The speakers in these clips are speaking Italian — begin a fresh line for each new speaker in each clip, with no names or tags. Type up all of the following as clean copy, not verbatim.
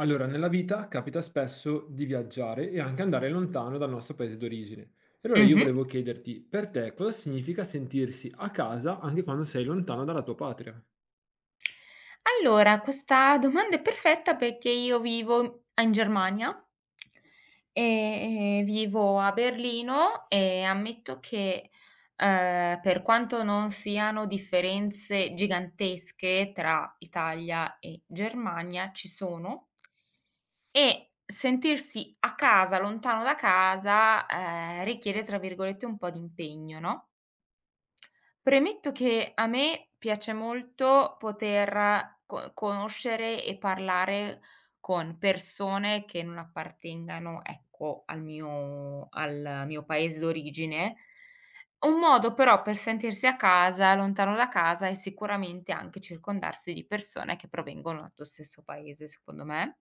Allora, nella vita capita spesso di viaggiare e anche andare lontano dal nostro paese d'origine. E allora io
Mh-mh.
volevo chiederti, per te cosa significa sentirsi a casa anche quando sei lontano dalla tua patria?
Allora, questa domanda è perfetta perché io vivo in Germania e, vivo a Berlino e ammetto che, per quanto non siano differenze gigantesche tra Italia e Germania, ci sono. E sentirsi a casa, lontano da casa, richiede, tra virgolette, un po' di impegno, no? Premetto che a me piace molto poter co conoscere e parlare con persone che non appartengano, ecco, al mio paese d'origine. Un modo però per sentirsi a casa, lontano da casa, è sicuramente anche circondarsi di persone che provengono dal tuo stesso paese, secondo me.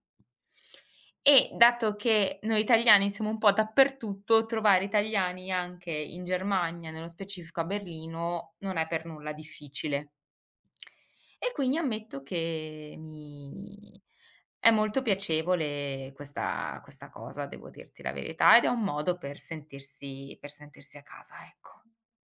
E dato che noi italiani siamo un po' dappertutto, trovare italiani anche in Germania, nello specifico a Berlino, non è per nulla difficile. E quindi ammetto che mi è molto piacevole questa cosa, devo dirti la verità, ed è un modo per sentirsi a casa, ecco.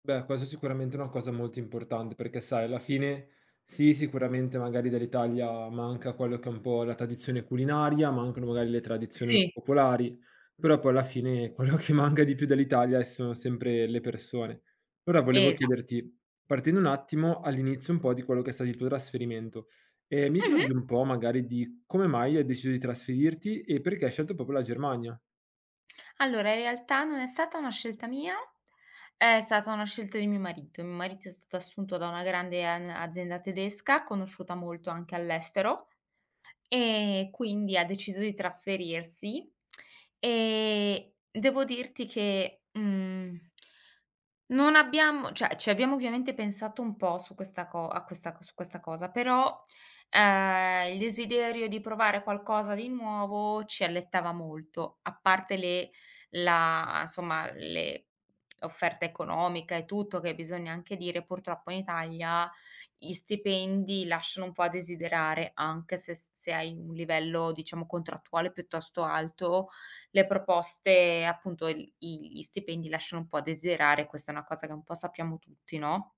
Beh, questo è sicuramente una cosa molto importante perché, sai, alla fine sì, sicuramente magari dell'Italia manca quello che è un po' la tradizione culinaria, mancano magari le tradizioni un
Sì.
po' popolari, però poi alla fine quello che manca di più dell'Italia sono sempre le persone. Allora volevo
Esa
chiederti, partendo un attimo all'inizio un po' di quello che è stato il tuo trasferimento, mi
Mh-mh.
parli un po' magari di come mai hai deciso di trasferirti e perché hai scelto proprio la Germania?
Allora, in realtà non è stata una scelta mia, è stata una scelta di mio marito. Mio marito è stato assunto da una grande an azienda tedesca, conosciuta molto anche all'estero, e quindi ha deciso di trasferirsi. Devo dirti che, non abbiamo cioè ci abbiamo ovviamente pensato un po' su questa co a questa su questa cosa, però, il desiderio di provare qualcosa di nuovo ci allettava molto, a parte le la insomma, le offerta economica e tutto, che bisogna anche dire purtroppo in Italia gli stipendi lasciano un po' a desiderare, anche se s se hai un livello, diciamo, contrattuale piuttosto alto, le proposte appunto il i gli stipendi lasciano un po' a desiderare, questa è una cosa che un po' sappiamo tutti, no.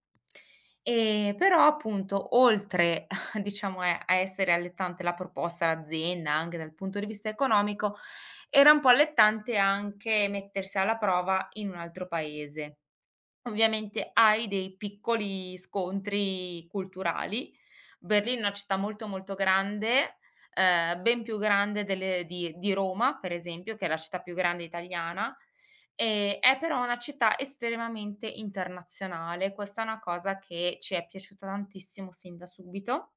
Però appunto, oltre diciamo e a essere allettante la proposta all'azienda, anche dal punto di vista economico, era un po' allettante anche mettersi alla prova in un altro paese. Ovviamente hai dei piccoli scontri culturali. Berlino è una città molto, molto grande, ben più grande delle di Roma, per esempio, che è la città più grande italiana, è però una città estremamente internazionale. Questa è una cosa che ci è piaciuta tantissimo sin da subito.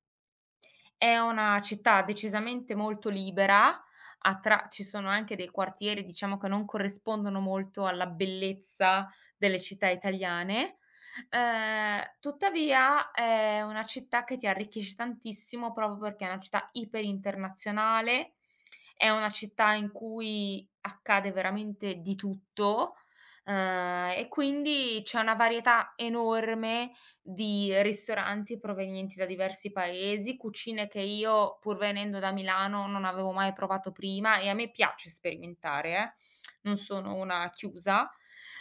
È una città decisamente molto libera, a tra ci sono anche dei quartieri, diciamo, che non corrispondono molto alla bellezza delle città italiane. Tuttavia è una città che ti arricchisce tantissimo proprio perché è una città iperinternazionale, è una città in cui accade veramente di tutto. E quindi c'è una varietà enorme di ristoranti provenienti da diversi paesi, cucine che io, pur venendo da Milano, non avevo mai provato prima, e a me piace sperimentare, non sono una chiusa.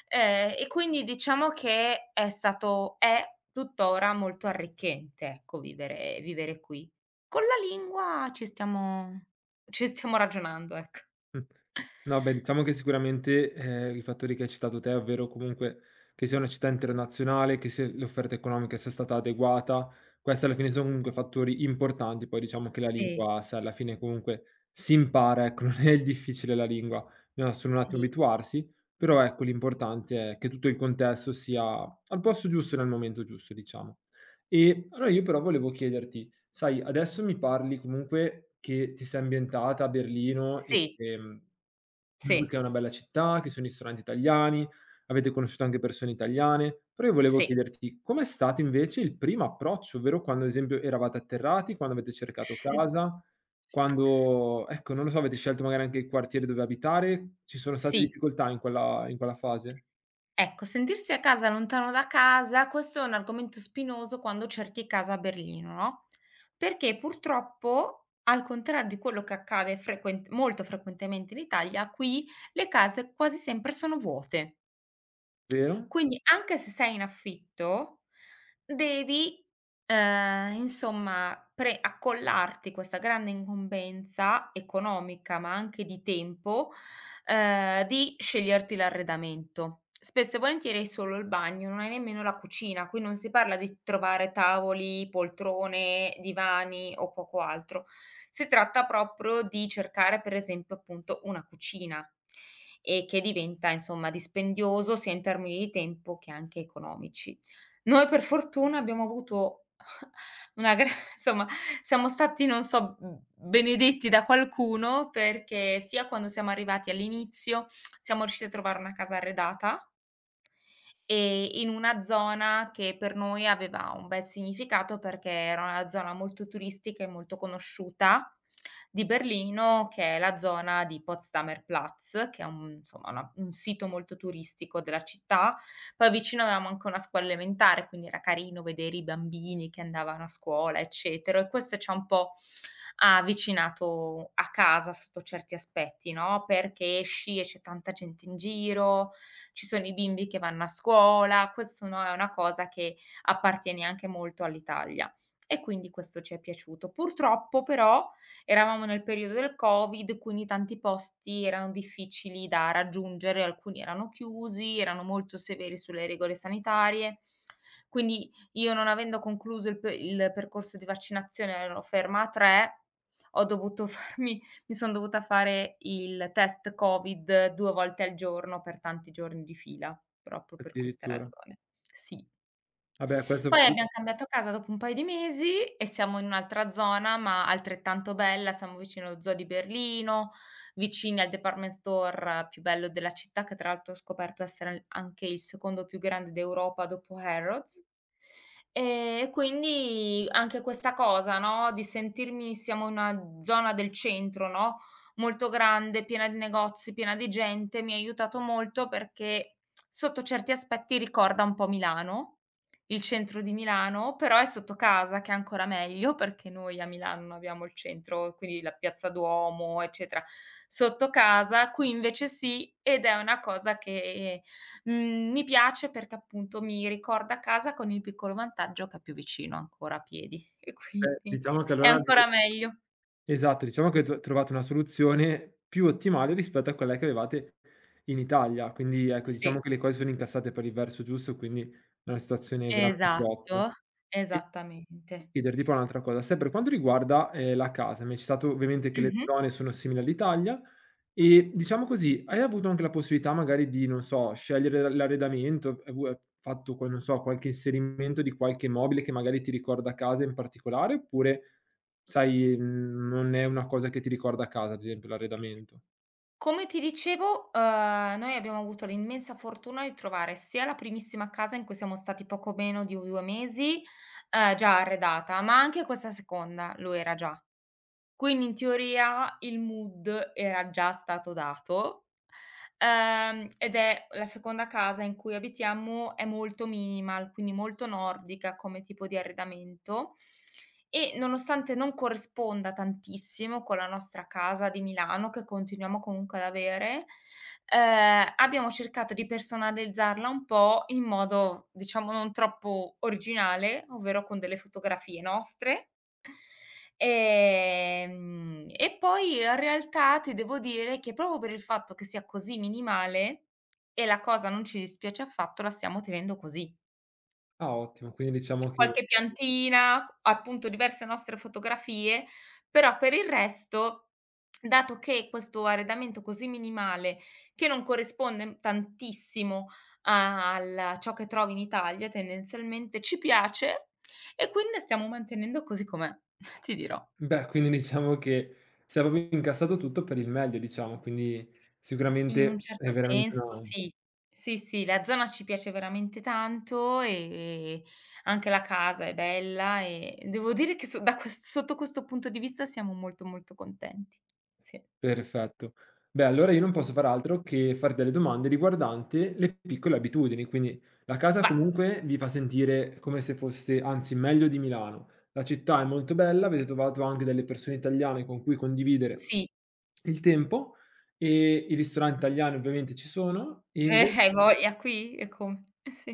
E quindi diciamo che è tuttora molto arricchente, ecco, vivere qui. Con la lingua ci stiamo ragionando, ecco.
Mh. No, beh, diciamo che sicuramente, i fattori che hai citato te, ovvero comunque che sia una città internazionale, che se l'offerta economica sia stata adeguata, questi alla fine sono comunque fattori importanti. Poi diciamo che la
Sì,
lingua, se alla fine comunque si impara, ecco, non è il difficile la lingua, bisogna solo un attimo
sì,
abituarsi, però ecco l'importante è che tutto il contesto sia al posto giusto nel momento giusto, diciamo. E allora io però volevo chiederti. Sai, adesso mi parli comunque che ti sei ambientata a Berlino e,
sì,
comunque che
sì,
è una bella città, che ci sono ristoranti italiani, avete conosciuto anche persone italiane, però io volevo
sì,
chiederti com'è stato invece il primo approccio, ovvero quando ad esempio eravate atterrati, quando avete cercato casa, quando, ecco, non lo so, avete scelto magari anche il quartiere dove abitare, ci sono state
sì.
difficoltà in quella fase,
Ecco, sentirsi a casa lontano da casa, questo è un argomento spinoso quando cerchi casa a Berlino, no, perché purtroppo, al contrario di quello che accade frequen molto frequentemente in Italia, qui le case quasi sempre sono vuote.
vero?
Quindi anche se sei in affitto, devi, insomma pre accollarti questa grande incombenza economica, ma anche di tempo, di sceglierti l'arredamento. Spesso e volentieri hai solo il bagno, non hai nemmeno la cucina, qui non si parla di trovare tavoli, poltrone, divani o poco altro. Si tratta proprio di cercare, per esempio, appunto una cucina, e che diventa insomma dispendioso sia in termini di tempo che anche economici. Noi per fortuna abbiamo avuto una gra insomma, siamo stati, non so, benedetti da qualcuno, perché sia quando siamo arrivati all'inizio siamo riusciti a trovare una casa arredata. In una zona che per noi aveva un bel significato, perché era una zona molto turistica e molto conosciuta di Berlino, che è la zona di Potsdamer Platz, che è un insomma, una un sito molto turistico della città. Poi vicino avevamo anche una scuola elementare, quindi era carino vedere i bambini che andavano a scuola, eccetera, e questo c'ha un po' ha avvicinato a casa sotto certi aspetti, no, perché esci e c'è tanta gente in giro, ci sono i bimbi che vanno a scuola, questo no, è una cosa che appartiene anche molto all'Italia. E quindi questo ci è piaciuto. Purtroppo però eravamo nel periodo del Covid, quindi tanti posti erano difficili da raggiungere, alcuni erano chiusi, erano molto severi sulle regole sanitarie. Quindi io, non avendo concluso il percorso di vaccinazione, ero ferma a 3. Ho dovuto farmi mi son dovuta fare il test Covid 2 volte al giorno per tanti giorni di fila, proprio per questa
Addirittura.
ragione. Sì.
Vabbè, questo
Poi abbiam cambiato casa dopo un paio di mesi e siamo in un'altra zona, ma altrettanto bella, siamo vicino allo zoo di Berlino, vicini al department store più bello della città, che tra l'altro ho scoperto essere al anche il secondo più grande d'Europa dopo Harrods. E quindi anche questa cosa, no, di sentirmi, siamo in una zona del centro, no, molto grande, piena di negozi, piena di gente, mi ha aiutato molto perché sotto certi aspetti ricorda un po' Milano. Il centro di Milano, però è sotto casa che è ancora meglio, perché noi a Milano non abbiamo il centro, quindi la piazza Duomo, eccetera, sotto casa, qui invece sì, ed è una cosa che, mi piace perché appunto mi ricorda casa con il piccolo vantaggio che è più vicino ancora a piedi e quindi
diciamo che
è
allora.
ancora meglio.
Esatto, diciamo che trovate una soluzione più ottimale rispetto a quella che avevate in Italia. Quindi ecco, diciamo
Sì,
che le cose sono incassate per il verso giusto, quindi è una situazione veramente ottima.
esatto,
E
esattamente.
chiederti poi un'altra cosa, se per quanto riguarda, la casa, mi hai citato ovviamente che le
Mh-mh.
zone sono simili all'Italia e diciamo così, hai avuto anche la possibilità magari di, non so, scegliere l'arredamento, hai avu fatto qua non so, qualche inserimento di qualche mobile che magari ti ricorda casa in particolare, oppure sai, non è una cosa che ti ricorda casa, ad esempio l'arredamento?
Come ti dicevo, noi abbiamo avuto l'immensa fortuna di trovare sia la primissima casa in cui siamo stati poco meno di 2 mesi, già arredata, ma anche questa seconda lo era già. Quindi in teoria il mood era già stato dato. Ed è, la seconda casa in cui abitiamo è molto minimal, quindi molto nordica come tipo di arredamento, e nonostante non corrisponda tantissimo con la nostra casa di Milano, che continuiamo comunque ad avere, abbiamo cercato di personalizzarla un po' in modo, diciamo, non troppo originale, ovvero con delle fotografie nostre. E poi in realtà ti devo dire che proprio per il fatto che sia così minimale, e la cosa non ci dispiace affatto, la stiamo tenendo così.
Ah ottimo, quindi diciamo che
Qualche piantina, appunto diverse nostre fotografie, però per il resto, dato che questo arredamento così minimale, che non corrisponde tantissimo a ciò che trovi in Italia tendenzialmente, ci piace, e quindi stiamo mantenendo così com'è, ti dirò.
beh, quindi diciamo che si è proprio incassato tutto per il meglio diciamo, quindi
In un
sicuramente è
certo
veramente
senso
una.
sì. Sì, sì, la zona ci piace veramente tanto, e anche la casa è bella, e devo dire che so da ques sotto questo punto di vista siamo molto, molto contenti. Sì.
Perfetto. Beh, allora io non posso far altro che fare delle domande riguardante le piccole abitudini, quindi la casa
Va
comunque vi fa sentire come se foste, anzi meglio di Milano. La città è molto bella, avete trovato anche delle persone italiane con cui condividere
Sì,
il tempo e i ristoranti italiani ovviamente ci sono e inve.
hai voglia qui e come. Sì.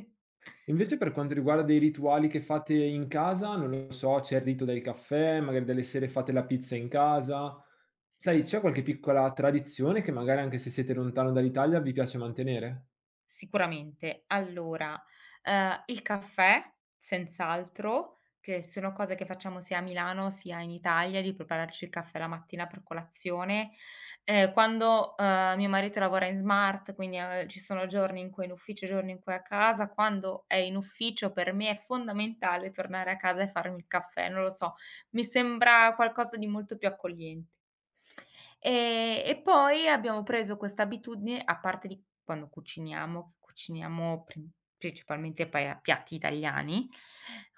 Invece per quanto riguarda dei rituali che fate in casa, non lo so, c'è il rito del caffè, magari delle sere fate la pizza in casa. Sai, c'è qualche piccola tradizione che magari anche se siete lontano dall'Italia vi piace mantenere?
Sicuramente. Allora, il caffè, senz'altro, che sono cose che facciamo sia a Milano sia in Italia, di prepararci il caffè la mattina per colazione. Quando, mio marito lavora in smart, quindi, ci sono giorni in cui è in ufficio, giorni in cui è a casa, quando è in ufficio per me è fondamentale tornare a casa e farmi il caffè, non lo so, mi sembra qualcosa di molto più accoglien E poi abbiamo preso questa abitudine, a parte di quando cuciniamo, che cuciniamo principalmente pa piatti italiani,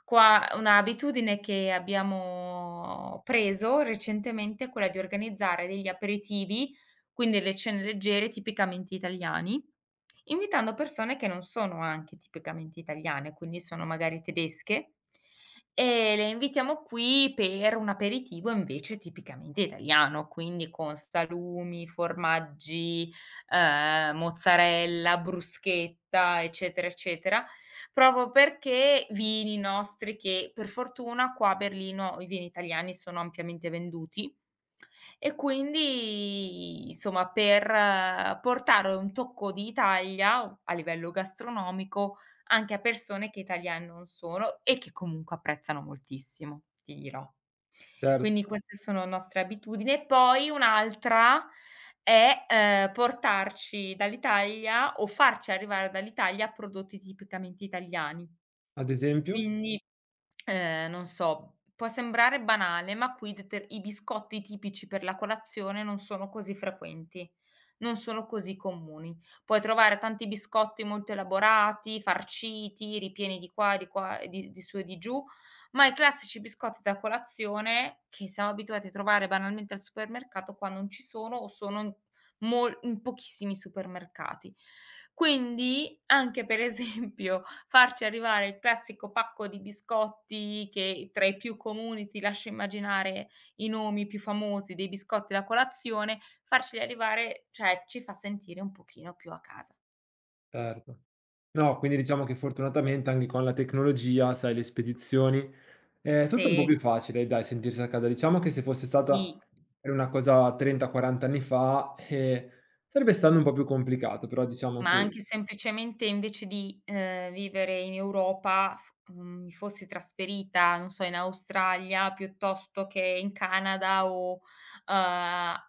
qua una abitudine che abbiamo preso recentemente è quella di organizzare degli aperitivi, quindi le cene leggere tipicamente italiani, invitando persone che non sono anche tipicamente italiane, quindi sono magari tedesche, e le invitiamo qui per un aperitivo invece tipicamente italiano, quindi con salumi, formaggi, mozzarella, bruschetta, eccetera, eccetera, proprio perché vini nostri, che per fortuna qua a Berlino i vini italiani sono ampiamente venduti, e quindi, insomma, per portare un tocco di Italia a livello gastronomico, anche a persone che italiane non sono e che comunque apprezzano moltissimo, ti dirò.
Certo,
Quindi queste sono nostre abitudini. E poi un'altra è, portarci dall'Italia o farci arrivare dall'Italia prodotti tipicamente italiani.
ad esempio?
Quindi, non so, può sembrare banale, ma qui deter i biscotti tipici per la colazione non sono così frequenti, non sono così comuni. Puoi trovare tanti biscotti molto elaborati, farciti, ripieni di qua e di su e di giù, ma i classici biscotti da colazione, che siamo abituati a trovare banalmente al supermercato, qua non ci sono o sono in mol in pochissimi supermercati. Quindi anche per esempio farci arrivare il classico pacco di biscotti, che tra i più comuni ti lascio immaginare i nomi più famosi dei biscotti da colazione, farceli arrivare, cioè ci fa sentire un pochino più a casa.
Certo. No, quindi diciamo che fortunatamente anche con la tecnologia, sai, le spedizioni, è tutto un po'
Se
più facile, dai, sentirsi a casa. Diciamo che se fosse stata
Sì,
una cosa 30-40 anni fa, sarebbe stato un po' più complicato, però diciamo
ma anche
che
semplicemente, invece di, vivere in Europa, mi fossi trasferita, non so, in Australia piuttosto che in Canada o,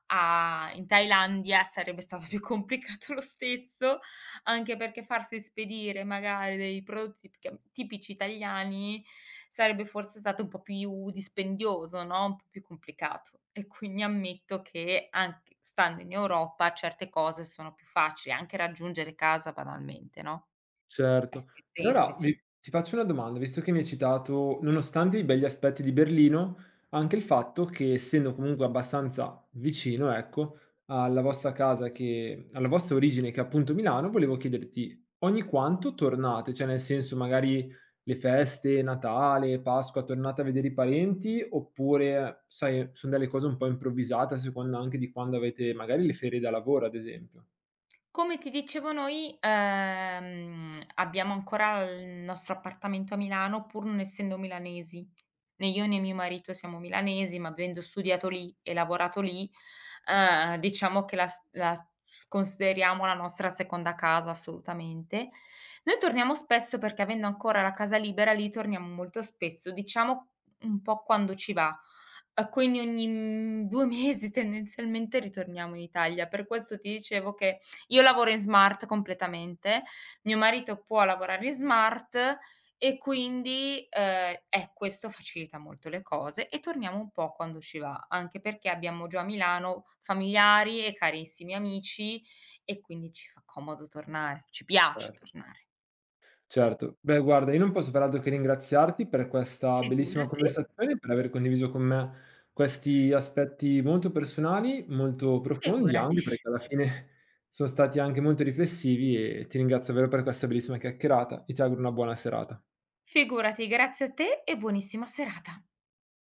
a in Thailandia, sarebbe stato più complicato lo stesso. Anche perché farsi spedire magari dei prodotti tipica tipici italiani sarebbe forse stato un po' più dispendioso, no, un po' più complicato. E quindi ammetto che anche stando in Europa certe cose sono più facili, anche raggiungere casa banalmente, no, è
certo.
più
E ora
semplice.
mi ti faccio una domanda, visto che mi hai citato, nonostante i begli aspetti di Berlino, anche il fatto che essendo comunque abbastanza vicino, ecco, alla vostra casa che alla vostra origine che è appunto Milano, volevo chiederti ogni quanto tornate? Cioè nel senso magari le feste, Natale, Pasqua, tornate a vedere i parenti oppure, sai, son delle cose un po' improvvisate a seconda anche di quando avete magari le ferie da lavoro, ad esempio?
Come ti dicevo noi, abbiamo ancora il nostro appartamento a Milano pur non essendo milanesi. Né io né mio marito siamo milanesi, ma avendo studiato lì e lavorato lì, diciamo che la consideriamo la nostra seconda casa assolutamente. Noi torniamo spesso perché avendo ancora la casa libera lì torniamo molto spesso, diciamo un po' quando ci va. Quindi ogni, 2 mesi tendenzialmente ritorniamo in Italia. Per questo ti dicevo che io lavoro in smart completamente, mio marito può lavorare in smart, e quindi, questo facilita molto le cose e torniamo un po' quando ci va, anche perché abbiamo giù a Milano familiari e carissimi amici, e quindi ci fa comodo tornare, ci piace
Certo.
tornare.
Certo. Beh guarda, io non posso far altro che ringraziarti per questa bellissima
Figurati,
conversazione e per aver condiviso con me questi aspetti molto personali, molto profondi
figurati.
anche, perché alla fine sono stati anche molto riflessivi e ti ringrazio davvero per questa bellissima chiacchierata e ti auguro una buona serata.
Figurati, grazie a te e buonissima serata.